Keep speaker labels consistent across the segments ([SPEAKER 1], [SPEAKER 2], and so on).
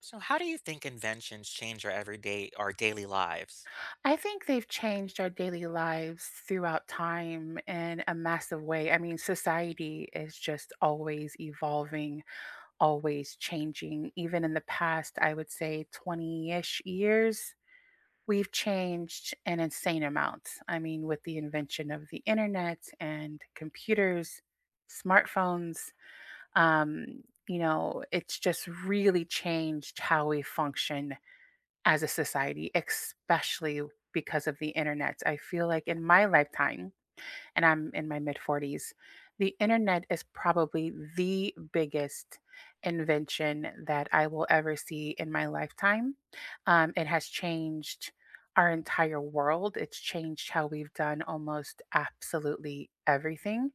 [SPEAKER 1] So, how do you think inventions change our daily lives?
[SPEAKER 2] I think they've changed our daily lives throughout time in a massive way. I mean, society is just always evolving, always changing. Even in the past, I would say 20 ish years, we've changed an insane amount. I mean, with the invention of the internet and computers, smartphones, um, it's just really changed how we function as a society, especially because of the internet. I feel like in my lifetime, and I'm in my mid 40s, the internet is probably the biggest invention that I will ever see in my lifetime. It has changed our entire world. It's changed how we've done almost absolutely everything.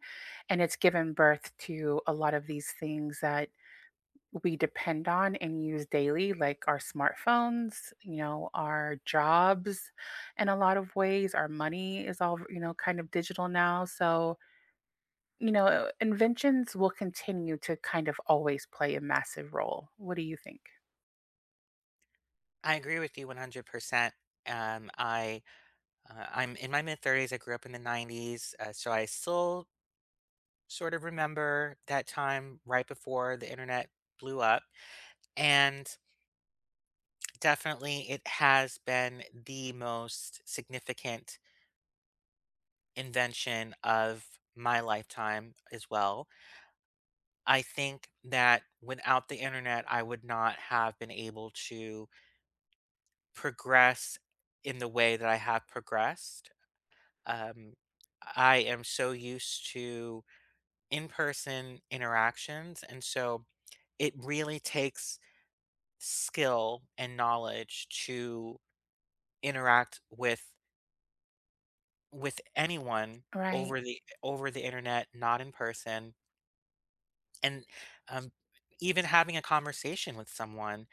[SPEAKER 2] And it's given birth to a lot of these things that we depend on and use daily, like our smartphones, our jobs in a lot of ways. Our money is all, kind of digital now. So, inventions will continue to kind of always play a massive role. What do you think?
[SPEAKER 1] I agree with you 100%. Um, I, I'm in my mid 30s. I grew up in the 90s, so I still sort of remember that time right before the internet blew up. And definitely, it has been the most significant invention of my lifetime as well. I think that without the internet, I would not have been able to progress in the way that I have progressed. Um, I am so used to in person interactions. And so it really takes skill and knowledge to interact with anyone
[SPEAKER 2] Right.
[SPEAKER 1] over the internet, not in person. And um, Even having a conversation with someone,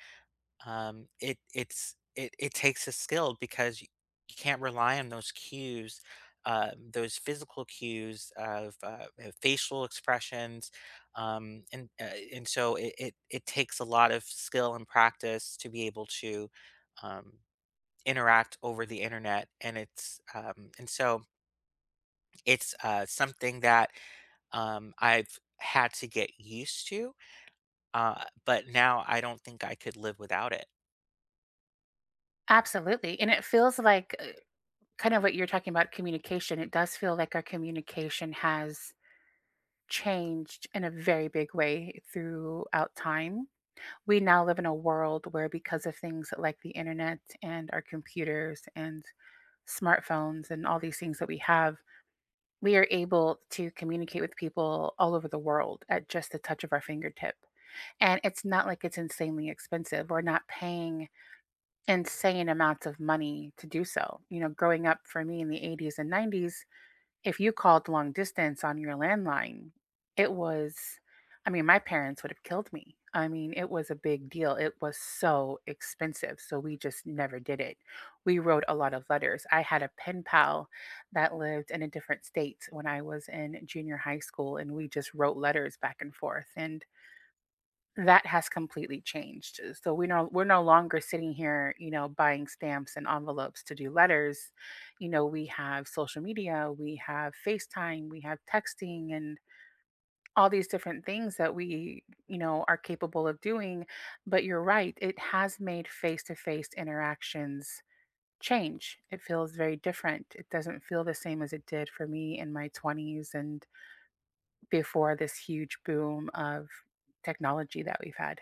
[SPEAKER 1] It it's it it takes a skill because you can't rely on those cues, those physical cues of, facial expressions, and so it takes a lot of skill and practice to be able to, um, interact over the internet, and it's, and so it's, something that, I've had to get used to, but now I don't think I could live without it.
[SPEAKER 2] Absolutely. And it feels like kind of what you're talking about communication. It does feel like our communication has changed in a very big way throughout time. We now live in a world where because of things like the internet and our computers and smartphones and all these things that we have, we are able to communicate with people all over the world at just the touch of our fingertip. And it's not like it's insanely expensive. We're not paying insane amounts of money to do so. Growing up for me in the 80s and 90s, if you called long distance on your landline, it was, I mean, my parents would have killed me. I mean, it was a big deal. It was so expensive. So we just never did it. We wrote a lot of letters. I had a pen pal that lived in a different state when I was in junior high school, and we just wrote letters back and forth. And that has completely changed. So we're no longer sitting here, buying stamps and envelopes to do letters. We have social media, we have FaceTime, we have texting and all these different things that we, are capable of doing. But you're right, it has made face-to-face interactions change. It feels very different. It doesn't feel the same as it did for me in my 20s and before this huge boom of technology that we've had.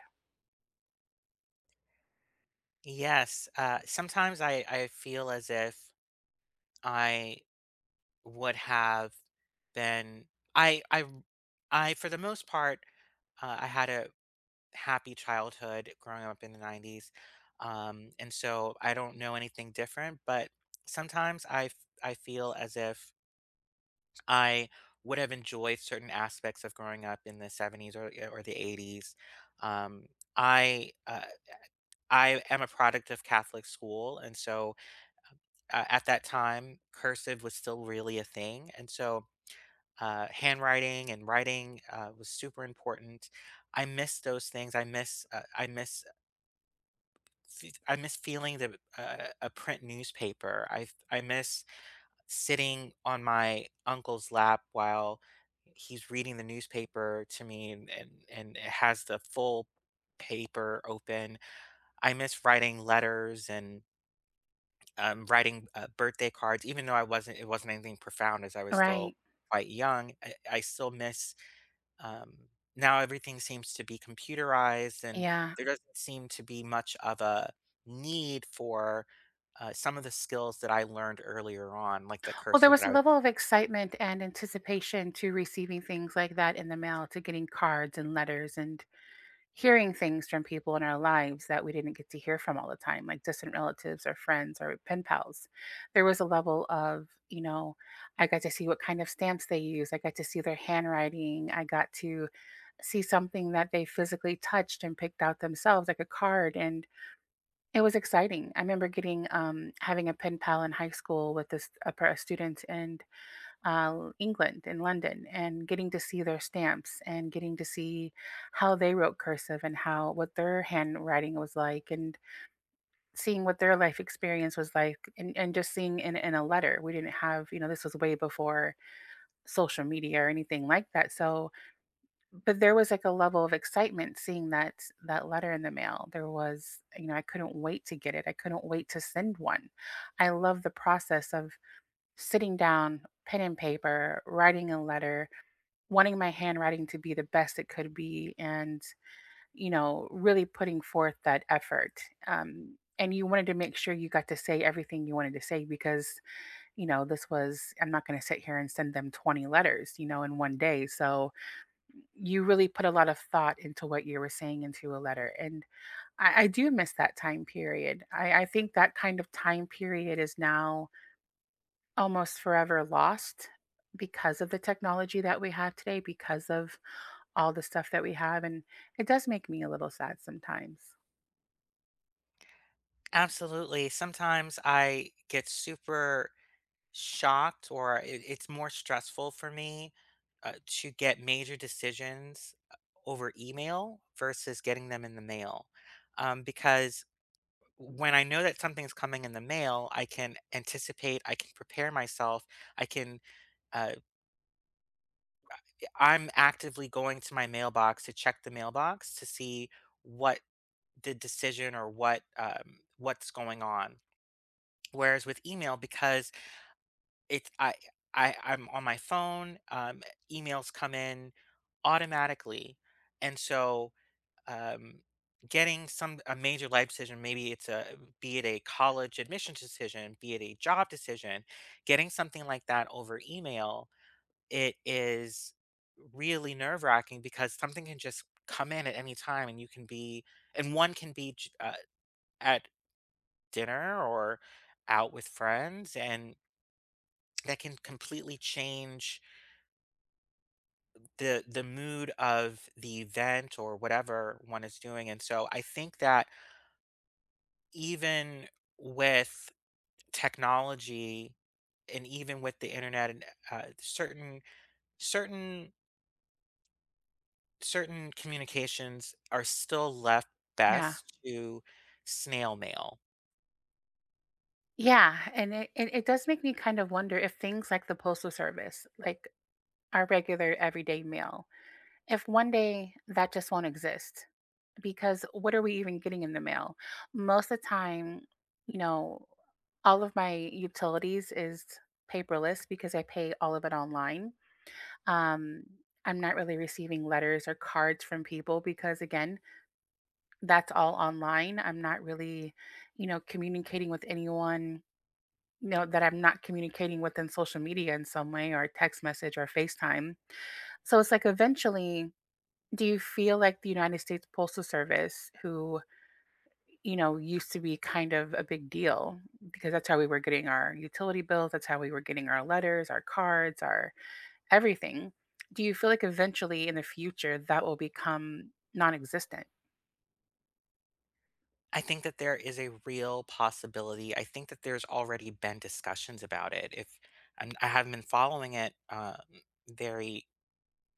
[SPEAKER 1] Yes, sometimes I feel as if I would have been I for the most part, I had a happy childhood growing up in the 90s. And so I don't know anything different, but sometimes I feel as if I would have enjoyed certain aspects of growing up in the 70s or the 80s. Um, I uh, I am a product of Catholic school, and so at that time, cursive was still really a thing, and so, handwriting and writing, was super important. I miss those things. I miss feeling the a print newspaper. I miss sitting on my uncle's lap while he's reading the newspaper to me, and it has the full paper open. I miss writing letters and writing, birthday cards, even though I wasn't it wasn't anything profound as I was still
[SPEAKER 2] Right.
[SPEAKER 1] quite young. I still miss, um now everything seems to be computerized, and
[SPEAKER 2] Yeah.
[SPEAKER 1] there doesn't seem to be much of a need for, some of the skills that I learned earlier on, like the
[SPEAKER 2] Well, there
[SPEAKER 1] cursive
[SPEAKER 2] was
[SPEAKER 1] that
[SPEAKER 2] a
[SPEAKER 1] I was.
[SPEAKER 2] level of excitement and anticipation to receiving things like that in the mail, to getting cards and letters and hearing things from people in our lives that we didn't get to hear from all the time, like distant relatives or friends or pen pals. There was a level of, I got to see what kind of stamps they use. I got to see their handwriting. I got to see something that they physically touched and picked out themselves, like a card. And it was exciting. I remember getting, having a pen pal in high school with this a student in England, in London, and getting to see their stamps and getting to see how they wrote cursive and how what their handwriting was like, and seeing what their life experience was like, and just seeing in a letter. We didn't have, this was way before social media or anything like that. So but there was, like, a level of excitement seeing that letter in the mail. There was, I couldn't wait to get it. I couldn't wait to send one. I love the process of sitting down, pen and paper, writing a letter, wanting my handwriting to be the best it could be, and, really putting forth that effort. And you wanted to make sure you got to say everything you wanted to say because, this was, I'm not gonna sit here and send them 20 letters, in one day. So you really put a lot of thought into what you were saying into a letter. And I do miss that time period. I think that kind of time period is now almost forever lost because of the technology that we have today, because of all the stuff that we have. And it does make me a little sad sometimes.
[SPEAKER 1] Absolutely, sometimes I get super shocked, or it's more stressful for me to get major decisions over email versus getting them in the mail. Because when I know that something's coming in the mail, I can anticipate, I can prepare myself, I can, uh, I'm actively going to my mailbox to check the mailbox to see what the decision or what's going on. Whereas with email, because It's I I'm on my phone, emails come in automatically, and so, um, getting some a major life decision, maybe it's a be it a college admissions decision, be it a job decision, getting something like that over email, it is really nerve-wracking because something can just come in at any time, and you can be and one can be j at dinner or out with friends, and that can completely change the mood of the event or whatever one is doing. And so I think that even with technology, and even with the internet and uh, certain certain certain communications are still left
[SPEAKER 2] Yeah.
[SPEAKER 1] best to snail mail.
[SPEAKER 2] Yeah. And it does make me kind of wonder if things like the postal service, like our regular everyday mail, if one day that just won't exist because what are we even getting in the mail? Most of the time, you know, all of my utilities is paperless because I pay all of it online. Um, I'm not really receiving letters or cards from people because, again, that's all online. I'm not really, communicating with anyone, that I'm not communicating with in social media in some way or text message or FaceTime. So it's like eventually, do you feel like the United States Postal Service, who, used to be kind of a big deal because that's how we were getting our utility bills, that's how we were getting our letters, our cards, our everything. Do you feel like eventually in the future that will become non existent?
[SPEAKER 1] I think that there is a real possibility. I think that there's already been discussions about it. If and I haven't been following it very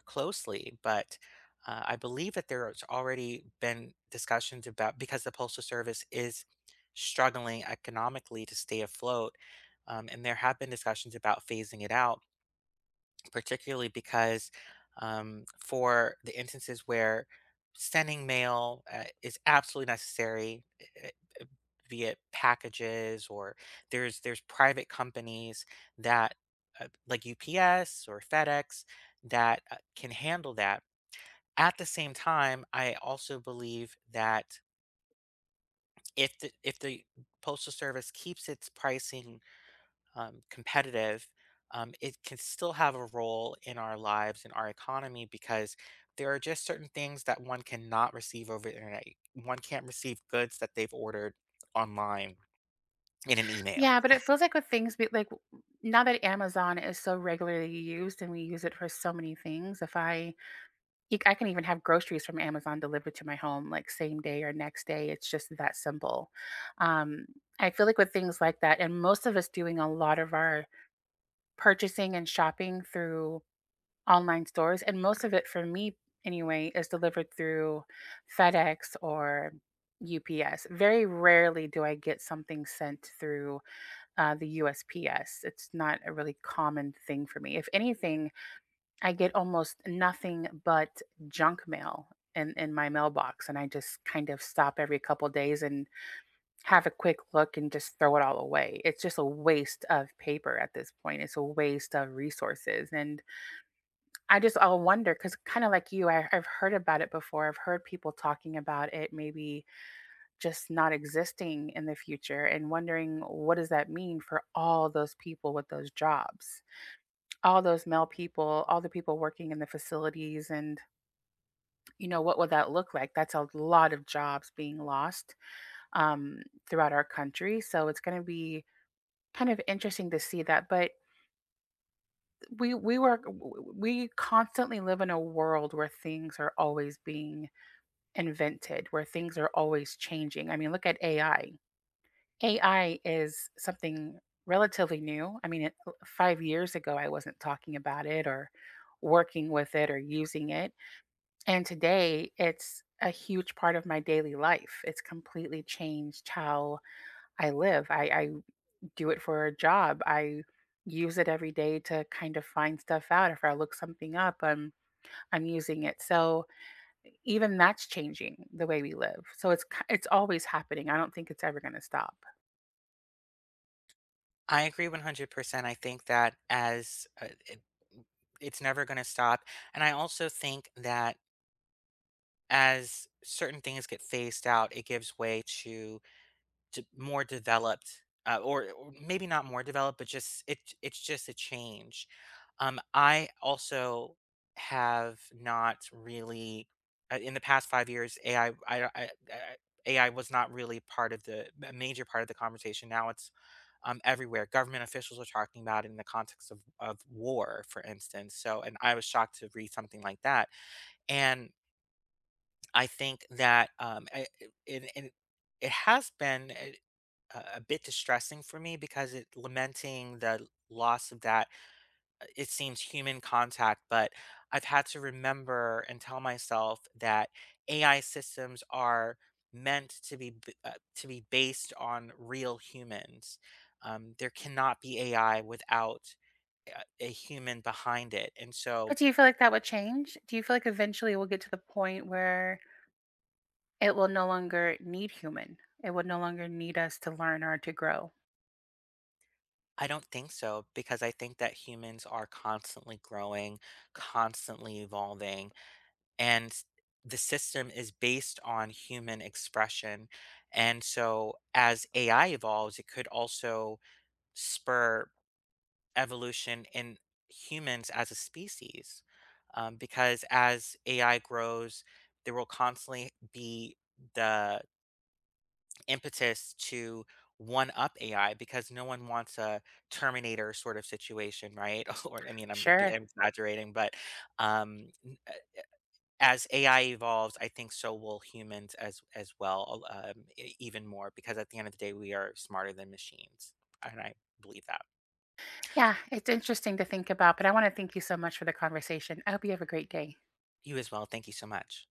[SPEAKER 1] closely, but I believe that there's already been discussions, about because the Postal Service is struggling economically to stay afloat, and there have been discussions about phasing it out, particularly because for the instances where sending mail is absolutely necessary, uh, uh, be it packages, or there's private companies that like UPS or FedEx, that can handle that. At the same time, I also believe that if the postal service keeps its pricing competitive, it can still have a role in our lives and our economy, because there are just certain things that one cannot receive over the internet. One can't receive goods that they've ordered online in an email.
[SPEAKER 2] Yeah, but it feels like with things be, like now that Amazon is so regularly used and we use it for so many things, if I I can even have groceries from Amazon delivered to my home like same day or next day, it's just that simple. Um, I feel like with things like that, and most of us doing a lot of our purchasing and shopping through online stores, and most of it for me anyway is delivered through FedEx or UPS. Very rarely do I get something sent through the USPS. It's not a really common thing for me. If anything, I get almost nothing but junk mail in my mailbox, and I just kind of stop every couple days and have a quick look and just throw it all away. It's just a waste of paper at this point. It's a waste of resources. And I just all wonder because kind of like you, I've heard about it before. I've heard people talking about it maybe just not existing in the future and wondering what does that mean for all those people with those jobs? All those male people, all the people working in the facilities and, what would that look like? That's a lot of jobs being lost um, throughout our country. So it's going to be kind of interesting to see that, but we we work we constantly live in a world where things are always being invented, where things are always changing. I mean, look at AI. AI is something relatively new. I mean, 5 years ago I wasn't talking about it or working with it or using it, and today it's a huge part of my daily life. It's completely changed how I live. I do it for a job. I use it every day to kind of find stuff out. If I look something up, I'm using it. So even that's changing the way we live. So it's always happening. I don't think it's ever going to stop.
[SPEAKER 1] I agree 100%. I think that, it's never going to stop. And I also think that as certain things get phased out, it gives way to d more developed, or maybe not more developed, but just it's just a change. I also have not really, in the past 5 years, AI was not really part of the a major part of the conversation. Now it's, everywhere. Government officials are talking about it in the context of war, for instance. So, and I was shocked to read something like that. And I think that, I it and it has been a bit distressing for me because, it lamenting the loss of that, it seems human contact, but I've had to remember and tell myself that AI systems are meant to to be based on real humans. There cannot be AI without a human behind it. And so
[SPEAKER 2] But do you feel like that would change? Do you feel like eventually we'll get to the point where it will no longer need human? It would no longer need us to learn or to grow.
[SPEAKER 1] I don't think so, because I think that humans are constantly growing, constantly evolving, and the system is based on human expression. And so, as AI evolves, it could also spur evolution in humans as a species. Because as AI grows, there will constantly be the impetus to one up AI, because no one wants a Terminator sort of situation, right? or I mean,
[SPEAKER 2] Sure.
[SPEAKER 1] I'm exaggerating, but um, as AI evolves, I think so will humans as well, e even more, because at the end of the day, we are smarter than machines, and I believe that.
[SPEAKER 2] Yeah, it's interesting to think about, but I want to thank you so much for the conversation. I hope you have a great day.
[SPEAKER 1] You as well, thank you so much.